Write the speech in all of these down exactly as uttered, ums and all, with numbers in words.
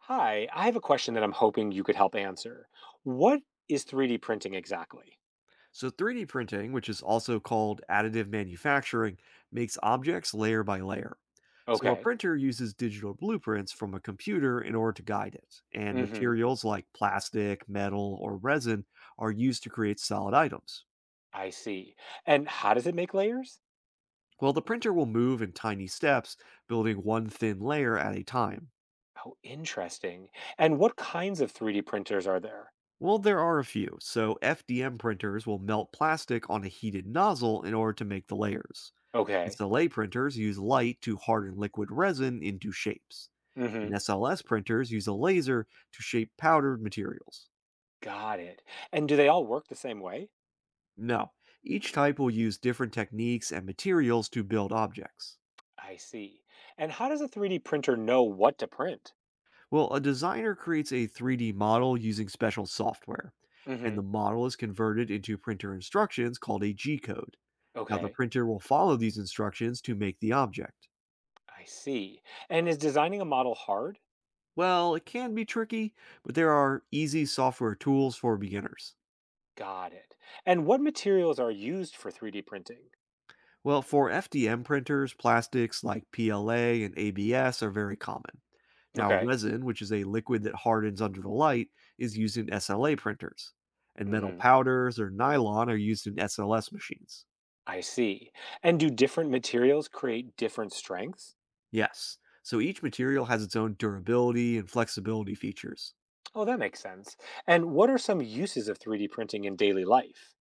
Hi, I have a question that I'm hoping you could help answer. What is three D printing exactly? So, three D printing, which is also called additive manufacturing, makes objects layer by layer. So, a Okay. printer uses digital blueprints from a computer in order to guide it, and Mm-hmm. materials like plastic, metal, or resin are used to create solid items. I see. And how does it make layers? Well, the printer will move in tiny steps, building one thin layer at a time. Oh, interesting. And what kinds of three D printers are there? Well, there are a few. So, F D M printers will melt plastic on a heated nozzle in order to make the layers. Okay. S L A printers use light to harden liquid resin into shapes, and Mm-hmm. S L S printers use a laser to shape powdered materials. Got it. And do they all work the same way? Now, each type will use different techniques and materials to build objects. I see. And how does a three D printer know what to print? Well, a designer creates a three D model using special software, and the Mm-hmm. model is converted into printer instructions called a G code. Now, the Okay. printer will follow these instructions to make the object. I see. And is designing a model hard? Well, it can be tricky, but there are easy software tools for beginners. Got it. And what materials are used for three D printing? Well, for F D M printers, plastics like P L A and A B S are very common. Now, Okay. resin, which is a liquid that hardens under the light, is used in S L A printers. And metal Mm-hmm. powders or nylon are used in S L S machines. I see. And do different materials create different strengths? Yes, so each material has its own durability and flexibility features. Oh, that makes sense. And what are some uses of three D printing in daily life?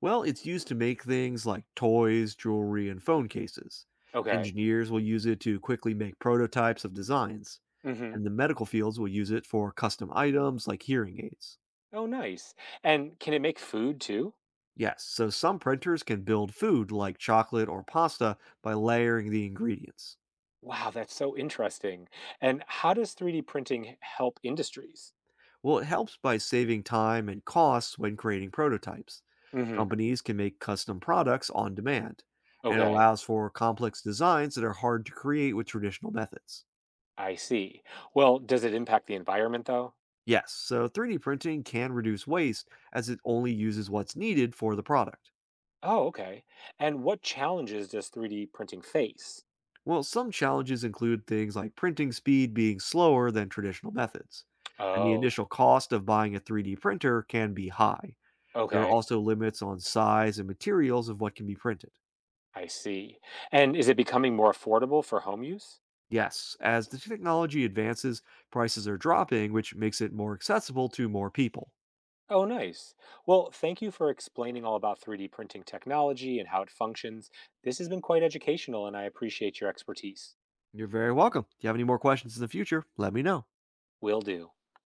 Well, it's used to make things like toys, jewelry, and phone cases. Okay. Engineers will use it to quickly make prototypes of designs, Mhm. and the medical fields will use it for custom items like hearing aids. Oh, nice. And can it make food too? Yes, so some printers can build food like chocolate or pasta by layering the ingredients. Wow, that's so interesting. And how does three D printing help industries? Well, it helps by saving time and costs when creating prototypes. Mhm. Companies can make custom products on demand, and it Okay. allows for complex designs that are hard to create with traditional methods. I see. Well, does it impact the environment though? Yes, so three D printing can reduce waste as it only uses what's needed for the product. Oh, okay. And what challenges does three D printing face? Well, some challenges include things like printing speed being slower than traditional methods, and the Oh, initial cost of buying a three D printer can be high. There are okay. also limits on size and materials of what can be printed. I see. And is it becoming more affordable for home use? Yes, as the technology advances, prices are dropping, which makes it more accessible to more people. Oh, nice. Well, thank you for explaining all about three D printing technology and how it functions. This has been quite educational, and I appreciate your expertise. You're very welcome. If you have any more questions in the future, let me know. Will do.